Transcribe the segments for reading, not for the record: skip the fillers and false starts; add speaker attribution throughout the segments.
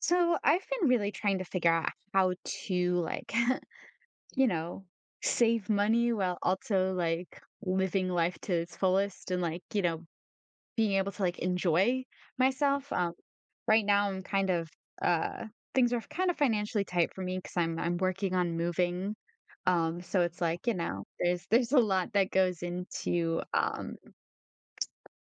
Speaker 1: So I've been really trying to figure out how to you know, save money while also like living life to its fullest and being able to like enjoy myself. Right now I'm kind of uh things are kind of financially tight for me because I'm working on moving. So it's there's a lot that goes into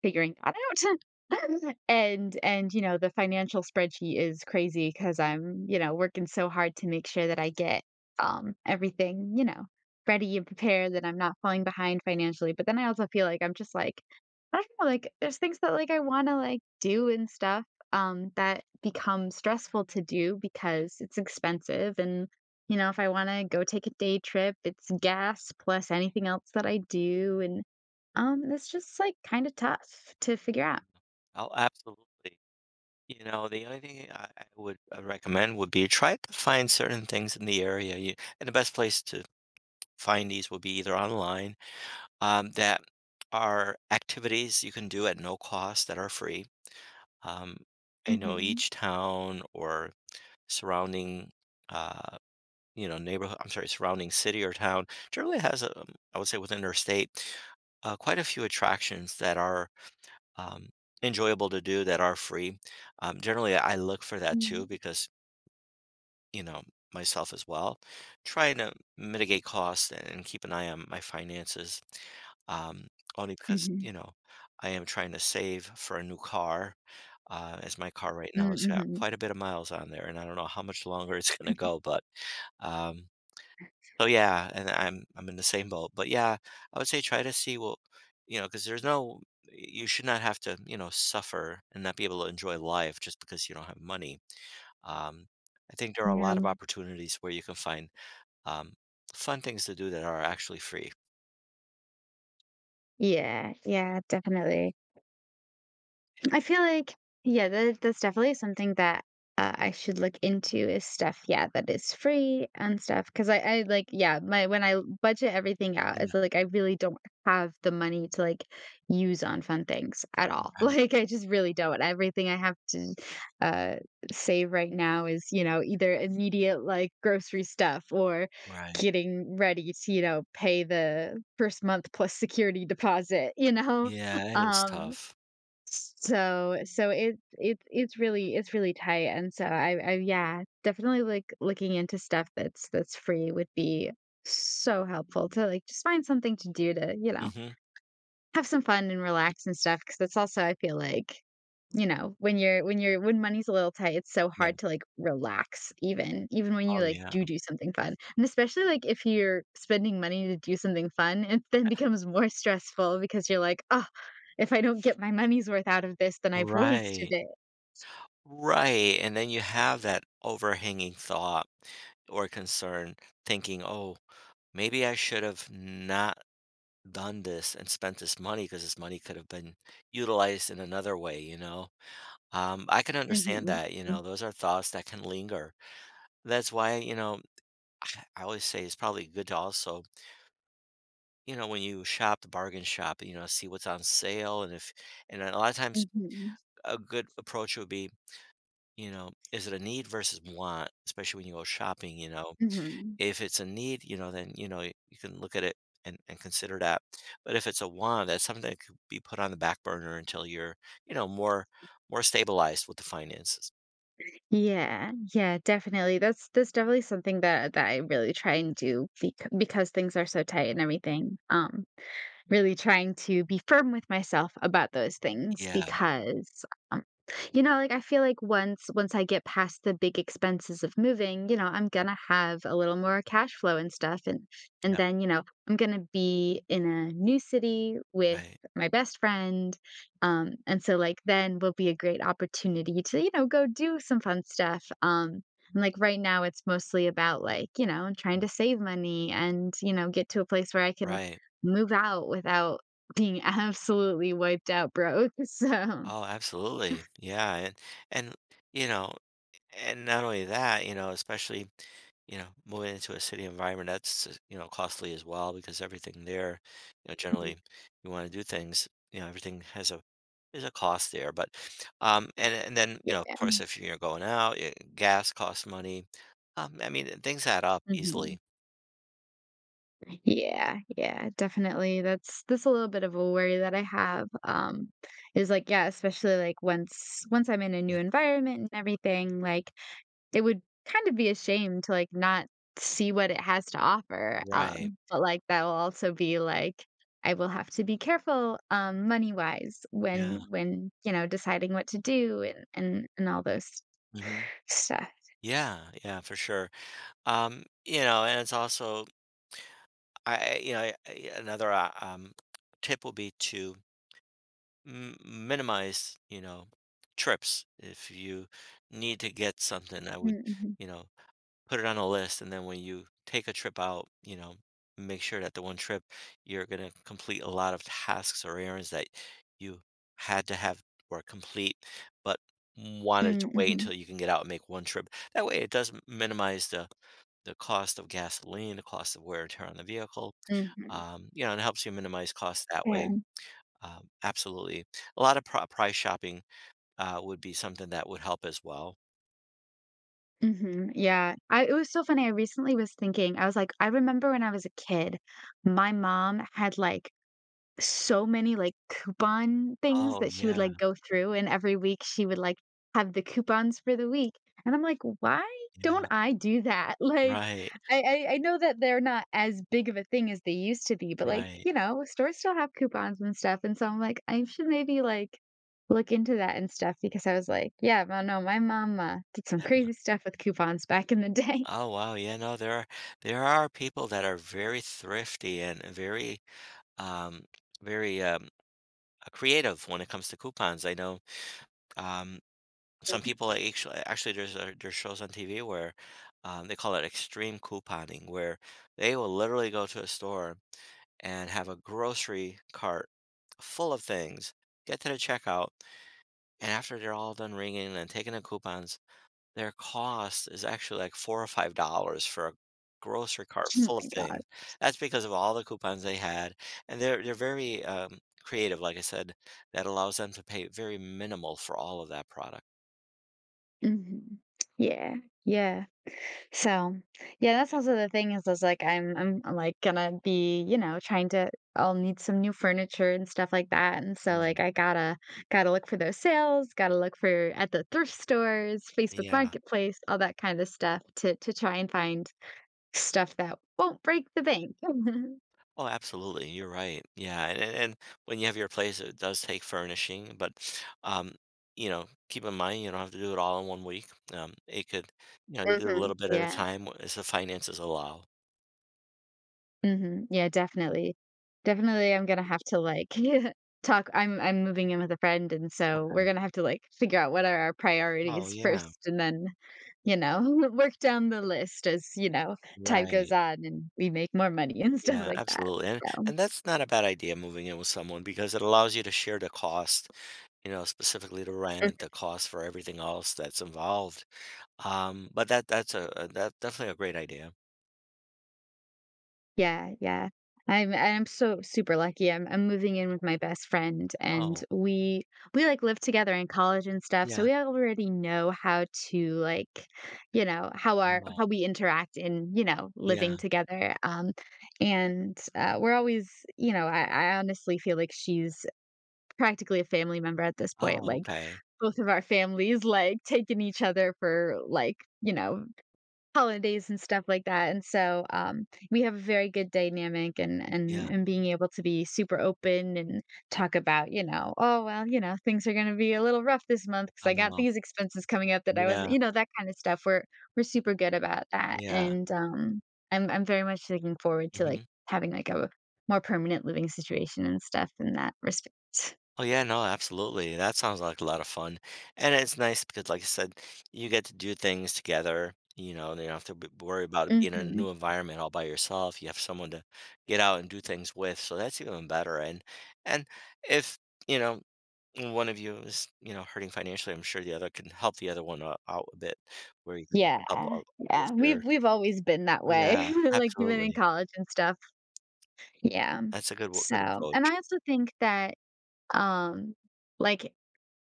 Speaker 1: figuring that out. The financial spreadsheet is crazy because 'cause I'm, working so hard to make sure that I get everything ready and prepared, that I'm not falling behind financially, but then I also feel like I'm I don't know, there's things that I wanna, do and stuff, that become stressful to do because it's expensive and if I wanna go take a day trip, it's gas plus anything else that I do, and that's kinda tough to figure out.
Speaker 2: Oh, absolutely. You know, the only thing I would recommend would be try to find certain things in the area. You, and the best place to find these will be either online that are activities you can do at no cost that are free. Um, I know
Speaker 1: Mhm.
Speaker 2: each town or surrounding, uh, you know, neighborhood, I'm sorry, surrounding city or town generally has, a, I would say within their state, quite a few attractions that are um, enjoyable to do that are free. Generally, I look for that too
Speaker 1: Mhm.
Speaker 2: because, you know, myself as well, trying to mitigate costs and keep an eye on my finances. Um, Only because,
Speaker 1: Mhm.
Speaker 2: you know, I am trying to save for a new car, as my car right now
Speaker 1: Mm,
Speaker 2: has got
Speaker 1: mhm.
Speaker 2: quite a bit of miles on there, and I don't know how much longer it's going to go, but um, so yeah, and I'm in the same boat. But yeah, I would say try to see what you know, because there's no you should not have to, you know, suffer and not be able to enjoy life just because you don't have money. Um, I think there are a
Speaker 1: Yeah.
Speaker 2: lot of opportunities where you can find um, fun things to do that are actually free.
Speaker 1: Yeah, yeah, definitely. I feel like, yeah, that's definitely something that I should look into is stuff, yeah, that is free and stuff. Cause I like, yeah, my, when I budget everything out,
Speaker 2: Yeah,
Speaker 1: it's like I really don't have the money to like use on fun things at all.
Speaker 2: right,
Speaker 1: Like, I just really don't. Everything I have to uh, save right now is, you know, either immediate like grocery stuff or
Speaker 2: right.
Speaker 1: getting ready to, you know, pay the first month plus security deposit, you know?
Speaker 2: Yeah, that is
Speaker 1: Um,
Speaker 2: tough.
Speaker 1: so it's really tight, and so I yeah, definitely, like, looking into stuff that's free would be so helpful to, like, just find something to do to,
Speaker 2: hmm
Speaker 1: have some fun and relax and stuff because that's also I feel like, you know, when you're when you're when money's a little tight, it's so
Speaker 2: Yeah.
Speaker 1: hard to, like, relax even when you,
Speaker 2: Oh
Speaker 1: like,
Speaker 2: yeah.
Speaker 1: do something fun, and especially, like, if you're spending money to do something fun, it then becomes more stressful because you're like, "Oh, if I don't get my money's worth out of this, then I've wasted
Speaker 2: Right.
Speaker 1: it."
Speaker 2: Right. And then you have that overhanging thought or concern thinking, oh, maybe I should have not done this and spent this money because this money could have been utilized in another way, you know? I can understand
Speaker 1: Mhm,
Speaker 2: that, you
Speaker 1: mm,
Speaker 2: know, those are thoughts that can linger. That's why, you know, I always say it's probably good to also, you know, when you shop, the bargain shop, you know, see what's on sale. And if, and a lot of times
Speaker 1: mhm,
Speaker 2: a good approach would be, you know, is it a need versus want, especially when you go shopping, you know?
Speaker 1: mhm.
Speaker 2: If it's a need, you know, then, you know, you can look at it and consider that. But if it's a want, that's something that could be put on the back burner until you're, you know, more stabilized with the finances.
Speaker 1: Yeah, yeah, definitely, that's definitely something that that I really try and do because things are so tight and everything, really trying to be firm with myself about those things
Speaker 2: Yeah,
Speaker 1: because um, you know like I feel like once I get past the big expenses of moving you know I'm gonna have a little more cash flow and stuff and
Speaker 2: yeah,
Speaker 1: then you know I'm gonna be in a new city with
Speaker 2: right,
Speaker 1: my best friend and so like then will be a great opportunity to you know go do some fun stuff and like right now it's mostly about like you know trying to save money and you know get to a place where I can
Speaker 2: right.
Speaker 1: move out without being absolutely wiped out broke, so
Speaker 2: Oh, absolutely. Yeah, and you know, and not only that, you know, especially you know, moving into a city environment, that's, you know, costly as well because everything there, you know,
Speaker 1: Mhm.
Speaker 2: generally you want to do things, you know, everything has a there's a cost there. But and then, you know, of course if you're going out, eh, gas costs money. I mean, things add up easily.
Speaker 1: Mhm. Yeah, yeah, definitely, that's a little bit of a worry that I have, is, like, yeah, especially, like, once I'm in a new
Speaker 2: Yeah.
Speaker 1: environment and everything, like, it would kind of be a shame to, like, not see what it has to offer,
Speaker 2: Right.
Speaker 1: but, like, that will also be, like, I will have to be careful, money-wise
Speaker 2: Yeah.
Speaker 1: when you know, deciding what to do and all those
Speaker 2: hmm
Speaker 1: stuff.
Speaker 2: Yeah, yeah, for sure. You know, and it's also you know, another tip will be to minimize you know trips if you need to get something I would
Speaker 1: Mm, mhm.
Speaker 2: you know put it on a list and then when you take a trip out you know make sure that the one trip you're going to complete a lot of tasks or errands that you had to have or complete but wanted to
Speaker 1: Mm,
Speaker 2: wait until
Speaker 1: mhm.
Speaker 2: you can get out and make one trip that way it does minimize the cost of gasoline the cost of wear and tear on the vehicle
Speaker 1: Mhm.
Speaker 2: you know and it helps you minimize costs that way
Speaker 1: Yeah.
Speaker 2: absolutely. A lot of price shopping, would be something that would help as well.
Speaker 1: Mhm, yeah. I it was so funny, I recently was thinking, I was like, I remember when I was a kid, my mom had, like, so many, like, coupon things
Speaker 2: Oh,
Speaker 1: that she would,
Speaker 2: yeah,
Speaker 1: like, go through, and every week she would, like, have the coupons for the week, and I'm like, "Why don't
Speaker 2: yeah.
Speaker 1: I do that?" Like,
Speaker 2: Right,
Speaker 1: I I know that they're not as big of a thing as they used to be, but, like,
Speaker 2: right,
Speaker 1: you know, stores still have coupons and stuff, and so I'm like, "I should maybe, like, look into that and stuff," because I was like, "Yeah, well, no, my mom, did some
Speaker 2: yeah.
Speaker 1: crazy stuff with coupons back in the day."
Speaker 2: Oh, wow, yeah, no, there are people that are very thrifty and very, um very, creative when it comes to coupons. I know, um, some people are actually, there's a there's shows on TV where, they call it extreme couponing, where they will literally go to a store and have a grocery cart full of things, get to the checkout, and after they're all done ringing and taking the coupons, their cost is actually like 4 or $5 for a grocery cart
Speaker 1: Oh
Speaker 2: full of
Speaker 1: my god.
Speaker 2: things. That's because of all the coupons they had, and they're very, creative, like I said, that allows them to pay very minimal for all of that product.
Speaker 1: Mhm. Yeah, yeah. So, yeah, that's also the thing is like I'm like gonna be, you know, trying to I'll need some new furniture and stuff like that. And so
Speaker 2: Yeah.
Speaker 1: like I gotta look for those sales, gotta look for at the thrift stores, Facebook
Speaker 2: Yeah.
Speaker 1: Marketplace, all that kind of stuff to try and find stuff that won't break the bank.
Speaker 2: Oh, absolutely. You're right. Yeah, and when you have your place, it does take furnishing, but um, you know, keep in mind you don't have to do it all in one week. It could, you know, you do a
Speaker 1: hmm
Speaker 2: little bit at a
Speaker 1: Yeah.
Speaker 2: time as the finances allow.
Speaker 1: hmm Yeah, definitely. Definitely I'm gonna have to like talk. I'm moving in with a friend and so we're
Speaker 2: Okay.
Speaker 1: gonna have to like figure out what are our
Speaker 2: Oh
Speaker 1: priorities
Speaker 2: yeah.
Speaker 1: first and then you know, work down the list as, you know, time goes
Speaker 2: Right.
Speaker 1: on and we make more money and stuff
Speaker 2: Yeah,
Speaker 1: like that.
Speaker 2: absolutely.
Speaker 1: So,
Speaker 2: And that's not a bad idea moving in with someone because it allows you to share the cost, you know, specifically the rent,
Speaker 1: Mhm.
Speaker 2: the cost for everything else that's involved. But that's a that's definitely a great idea.
Speaker 1: yeah, yeah. I'm so super lucky. I'm moving in with my best friend and
Speaker 2: Oh,
Speaker 1: we like live together in college and stuff. So
Speaker 2: yeah.
Speaker 1: we already know how to like, you know, how our
Speaker 2: Oh,
Speaker 1: how we interact in, you know,
Speaker 2: yeah.
Speaker 1: living together. And we're always, you know, I honestly feel like she's practically a family member at this point,
Speaker 2: Oh,
Speaker 1: like,
Speaker 2: okay.
Speaker 1: both of our families, like, taking each other for, like, you know, holidays and stuff like that, and so, we have a very good dynamic and
Speaker 2: Yeah.
Speaker 1: being able to be super open and talk about, you know, "Oh, well, you know, things are gonna be a little rough this month because I got
Speaker 2: Oh,
Speaker 1: these expenses coming up that I wasn't"
Speaker 2: yeah,
Speaker 1: you know, that kind of stuff. We're super good about that,
Speaker 2: yeah.
Speaker 1: and, I'm very much looking forward to, like,
Speaker 2: Mhm.
Speaker 1: having, like, a more permanent living situation and stuff in that respect.
Speaker 2: Oh, yeah, no, absolutely. That sounds like a lot of fun, and it's nice because, like I said, you get to do things together, you know, you don't have to b worry about it being in a
Speaker 1: Mhm.
Speaker 2: new environment all by yourself. You have someone to get out and do things with, so that's even better, and if, you know, one of you is, you know, hurting financially, I'm sure the other can help the other one o out a bit where you can
Speaker 1: Yeah,
Speaker 2: help up uplift
Speaker 1: yeah,
Speaker 2: their
Speaker 1: we've always been that way,
Speaker 2: yeah,
Speaker 1: like, even in
Speaker 2: absolutely.
Speaker 1: college and stuff. Yeah.
Speaker 2: That's a good w good
Speaker 1: So and
Speaker 2: approach.
Speaker 1: I also think that, um, like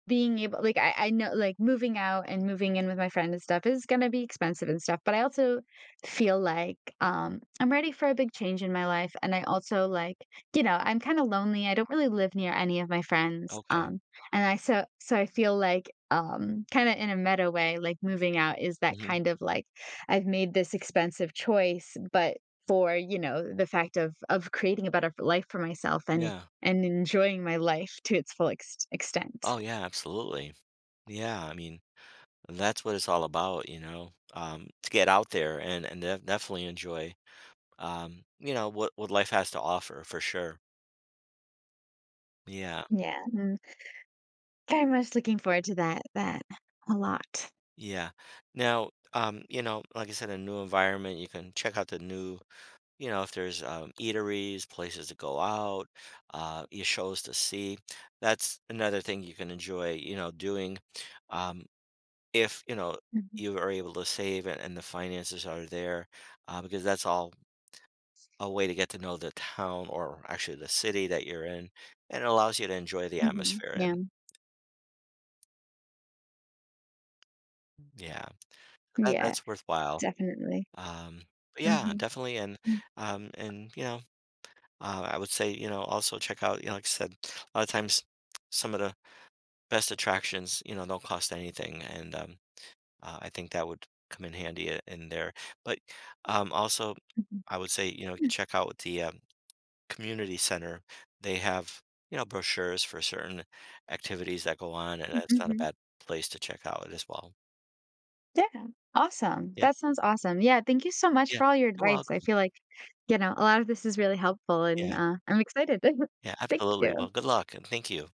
Speaker 1: being able like, I know like, moving out and moving in with my friend and stuff is gonna be expensive and stuff, but I also feel like, I'm ready for a big change in my life, and I also, like, you know, I'm kinda lonely, I don't really live near any of my friends,
Speaker 2: Okay.
Speaker 1: and I so so I feel like, kinda in a meta way, like, moving out is that
Speaker 2: hmm
Speaker 1: kind of, like, I've made this expensive choice, but for, you know, the fact of creating a better life for myself
Speaker 2: Yeah.
Speaker 1: and enjoying my life to its full extent.
Speaker 2: Oh, yeah, absolutely. Yeah, I mean, that's what it's all about, you know, to get out there and definitely enjoy, you know, what life has to offer for sure. Yeah,
Speaker 1: Yeah, mm, very much looking forward to that a lot.
Speaker 2: yeah. Now, you know, like I said, a new environment, you can check out the new, you know, if there's eateries, places to go out, your shows to see. That's another thing you can enjoy, you know, doing. Um, if, you know,
Speaker 1: Mhm,
Speaker 2: you are able to save and the finances are there, because that's all a way to get to know the town or actually the city that you're in, and it allows you to enjoy the
Speaker 1: mhm,
Speaker 2: atmosphere,
Speaker 1: yeah,
Speaker 2: and yeah, so that
Speaker 1: yeah,
Speaker 2: that's worthwhile.
Speaker 1: definitely.
Speaker 2: Um, but yeah,
Speaker 1: Mhm,
Speaker 2: definitely,
Speaker 1: mm,
Speaker 2: and, you know, I would say, you know, also check out, you know, like I said, a lot of times some of the best attractions, you know, don't cost anything, and, I think that would come in handy in there. But also,
Speaker 1: mhm,
Speaker 2: I would say, you know,
Speaker 1: mhm,
Speaker 2: check out the community center. They have, you know, brochures for certain activities that go on, and that's not a
Speaker 1: mhm,
Speaker 2: bad place to check out as well.
Speaker 1: yeah, awesome,
Speaker 2: Yeah.
Speaker 1: that sounds awesome. Yeah, thank you so much
Speaker 2: Yeah.
Speaker 1: for all your
Speaker 2: You're
Speaker 1: advice, I
Speaker 2: welcome.
Speaker 1: feel like, you know, a lot of this is really helpful, and,
Speaker 2: Yeah.
Speaker 1: I'm excited.
Speaker 2: Yeah.
Speaker 1: Thank you.
Speaker 2: Absolutely. Well, good luck and thank you.